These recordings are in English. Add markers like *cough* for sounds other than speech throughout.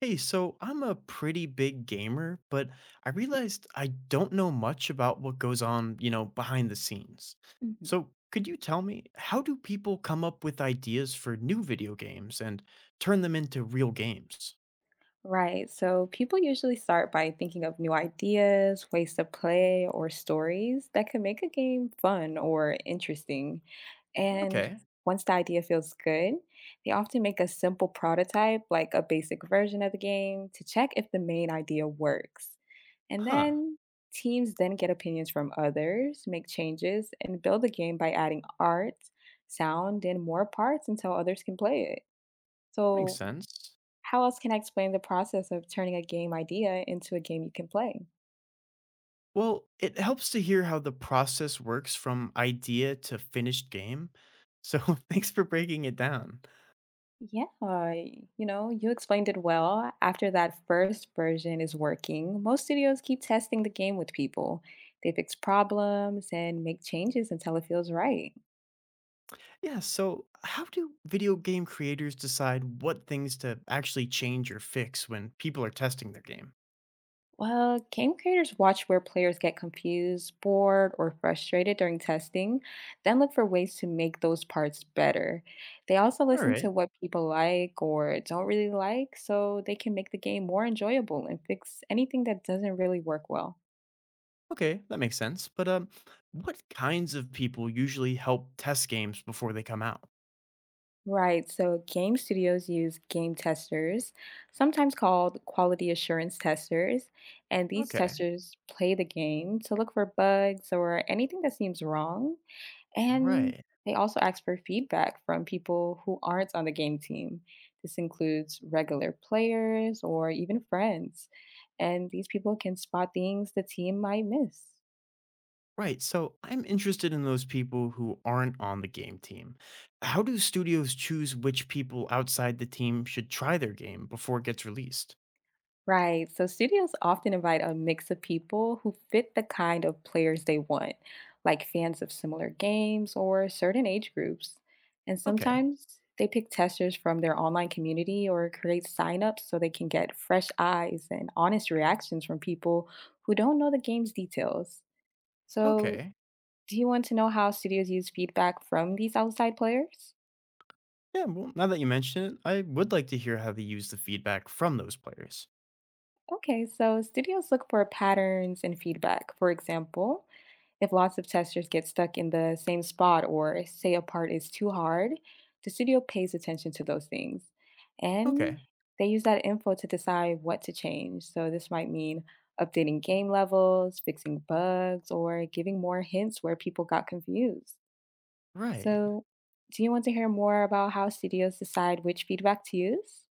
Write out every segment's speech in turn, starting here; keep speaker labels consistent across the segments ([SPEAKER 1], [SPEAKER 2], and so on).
[SPEAKER 1] Hey, so I'm a pretty big gamer, but I realized I don't know much about, what goes on, behind the scenes.
[SPEAKER 2] Mhm.
[SPEAKER 1] So, could you tell me how do people come up with ideas for new video games and turn them into real games?
[SPEAKER 2] Right. So people usually start by thinking of new ideas, ways to play, or stories that can make a game fun or interesting. And
[SPEAKER 1] Okay.
[SPEAKER 2] once the idea feels good, they often make a simple prototype, like a basic version of the game, to check if the main idea works. And
[SPEAKER 1] Huh.
[SPEAKER 2] then teams then get opinions from others, make changes, and build the game by adding art, sound, and more parts until others can play it.
[SPEAKER 1] Makes
[SPEAKER 2] So
[SPEAKER 1] sense.
[SPEAKER 2] How else can I explain the process of turning a game idea into a game you can play?
[SPEAKER 1] Well, it helps to hear how the process works from idea to finished game. So, *laughs* thanks for breaking it down.
[SPEAKER 2] Yeah, you explained it well. After that first version is working, most studios keep testing the game with people. They fix problems and make changes until it feels right.
[SPEAKER 1] Yeah, so how do video game creators decide what things to actually change or fix when people are testing their game?
[SPEAKER 2] Well, game creators watch where players get confused, bored, or frustrated during testing, then look for ways to make those parts better. They also
[SPEAKER 1] All
[SPEAKER 2] listen
[SPEAKER 1] right.
[SPEAKER 2] to what people like or don't really like so they can make the game more enjoyable and fix anything that doesn't really work well.
[SPEAKER 1] Okay, that makes sense. But what kinds of people usually help test games before they come out?
[SPEAKER 2] Right, so game studios use game testers, sometimes called quality assurance testers, and these
[SPEAKER 1] Okay.
[SPEAKER 2] testers play the game to look for bugs or anything that seems wrong. And
[SPEAKER 1] Right.
[SPEAKER 2] they also ask for feedback from people who aren't on the game team. This includes regular players or even friends. And these people can spot things the team might miss.
[SPEAKER 1] Right. So I'm interested in those people who aren't on the game team. How do studios choose which people outside the team should try their game before it gets released?
[SPEAKER 2] Right. So studios often invite a mix of people who fit the kind of players they want, like fans of similar games or certain age groups. And
[SPEAKER 1] Okay.
[SPEAKER 2] sometimes they pick testers from their online community or create signups so they can get fresh eyes and honest reactions from people who don't know the game's details. So,
[SPEAKER 1] Okay.
[SPEAKER 2] do you want to know how studios use feedback from these outside players?
[SPEAKER 1] Yeah, well, now that you mention it, I would like to hear how they use the feedback from those players.
[SPEAKER 2] Okay, so studios look for patterns and feedback. For example, if lots of testers get stuck in the same spot or say a part is too hard, the studio pays attention to those things. And
[SPEAKER 1] Okay,
[SPEAKER 2] they use that info to decide what to change. So this might mean updating game levels, fixing bugs, or giving more hints where people got confused.
[SPEAKER 1] right.
[SPEAKER 2] So, do you want to hear more about how studios decide which feedback to use?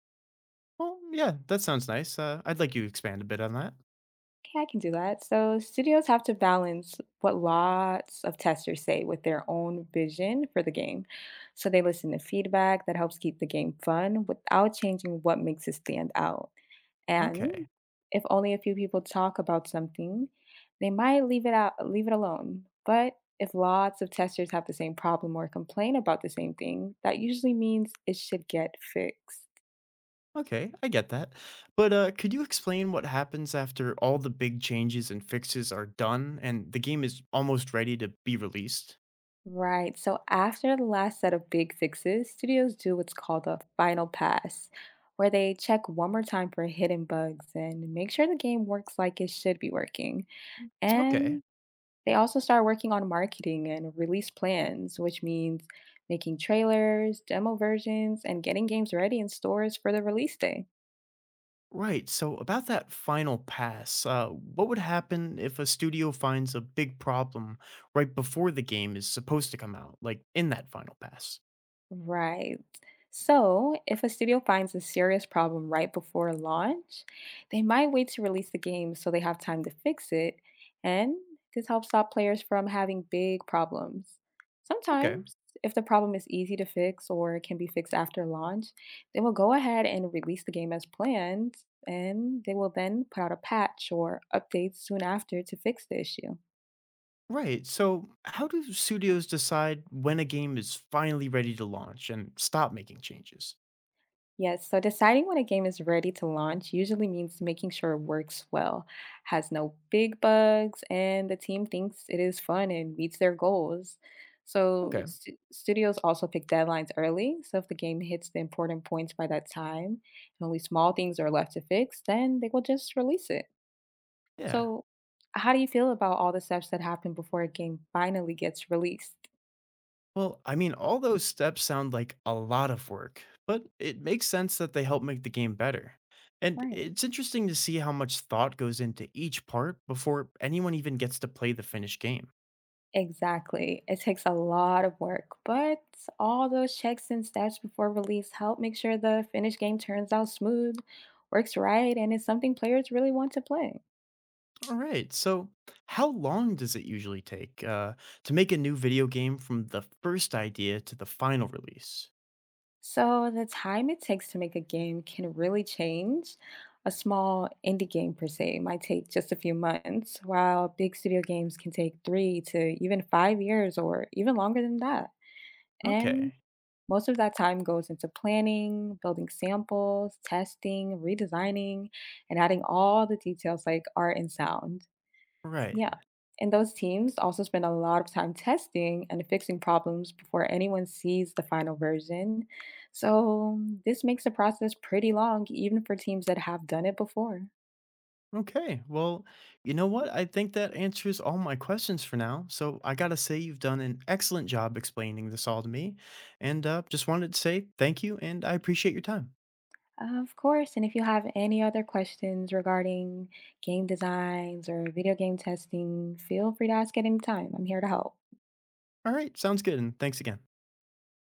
[SPEAKER 1] Well, yeah, that sounds nice. I'd like you to expand a bit on that.
[SPEAKER 2] Okay, I can do that. So, studios have to balance what lots of testers say with their own vision for the game. So, they listen to feedback that helps keep the game fun without changing what makes it stand out. And
[SPEAKER 1] Okay,
[SPEAKER 2] if only a few people talk about something, they might leave it out, leave it alone. But if lots of testers have the same problem or complain about the same thing, that usually means it should get fixed.
[SPEAKER 1] okay, I get that. But could you explain what happens after all the big changes and fixes are done and the game is almost ready to be released?
[SPEAKER 2] Right. So after the last set of big fixes, studios do what's called a final pass, where they check one more time for hidden bugs and make sure the game works like it should be working.
[SPEAKER 1] Okay,
[SPEAKER 2] And they also start working on marketing and release plans, which means making trailers, demo versions, and getting games ready in stores for the release day.
[SPEAKER 1] right. So, about that final pass, what would happen if a studio finds a big problem right before the game is supposed to come out, like in that final pass?
[SPEAKER 2] Right. So, if a studio finds a serious problem right before launch, they might wait to release the game so they have time to fix it, and this helps stop players from having big problems.
[SPEAKER 1] Okay.
[SPEAKER 2] Sometimes, if the problem is easy to fix or can be fixed after launch, they will go ahead and release the game as planned, and they will then put out a patch or updates soon after to fix the issue.
[SPEAKER 1] Right. So, how do studios decide when a game is finally ready to launch and stop making changes?
[SPEAKER 2] Yes, so deciding when a game is ready to launch usually means making sure it works well, has no big bugs, and the team thinks it is fun and meets their goals. So,
[SPEAKER 1] Okay.
[SPEAKER 2] studios also pick deadlines early. So, if the game hits the important points by that time and only small things are left to fix, then they will just release it.
[SPEAKER 1] Yeah.
[SPEAKER 2] So, how do you feel about all the steps that happen before a game finally gets released?
[SPEAKER 1] Well, I mean, all those steps sound like a lot of work, but it makes sense that they help make the game better. And
[SPEAKER 2] Right.
[SPEAKER 1] it's interesting to see how much thought goes into each part before anyone even gets to play the finished game.
[SPEAKER 2] Exactly. It takes a lot of work, but all those checks and steps before release help make sure the finished game turns out smooth, works right, and is something players really want to play.
[SPEAKER 1] All right. So, how long does it usually take to make a new video game from the first idea to the final release?
[SPEAKER 2] So the time it takes to make a game can really change. A small indie game per se might take just a few months, while big studio games can take 3 to even 5 years or even longer than that. And
[SPEAKER 1] Okay.
[SPEAKER 2] most of that time goes into planning, building samples, testing, redesigning, and adding all the details like art and sound.
[SPEAKER 1] Right.
[SPEAKER 2] Yeah. And those teams also spend a lot of time testing and fixing problems before anyone sees the final version. So, this makes the process pretty long, even for teams that have done it before.
[SPEAKER 1] Okay. Well, you know what? I think that answers all my questions for now. So I got to say, you've done an excellent job explaining this all to me. And just wanted to say thank you and I appreciate your time.
[SPEAKER 2] Of course. And if you have any other questions regarding game designs or video game testing, feel free to ask at any time. I'm here to help.
[SPEAKER 1] All right. Sounds good. And thanks again.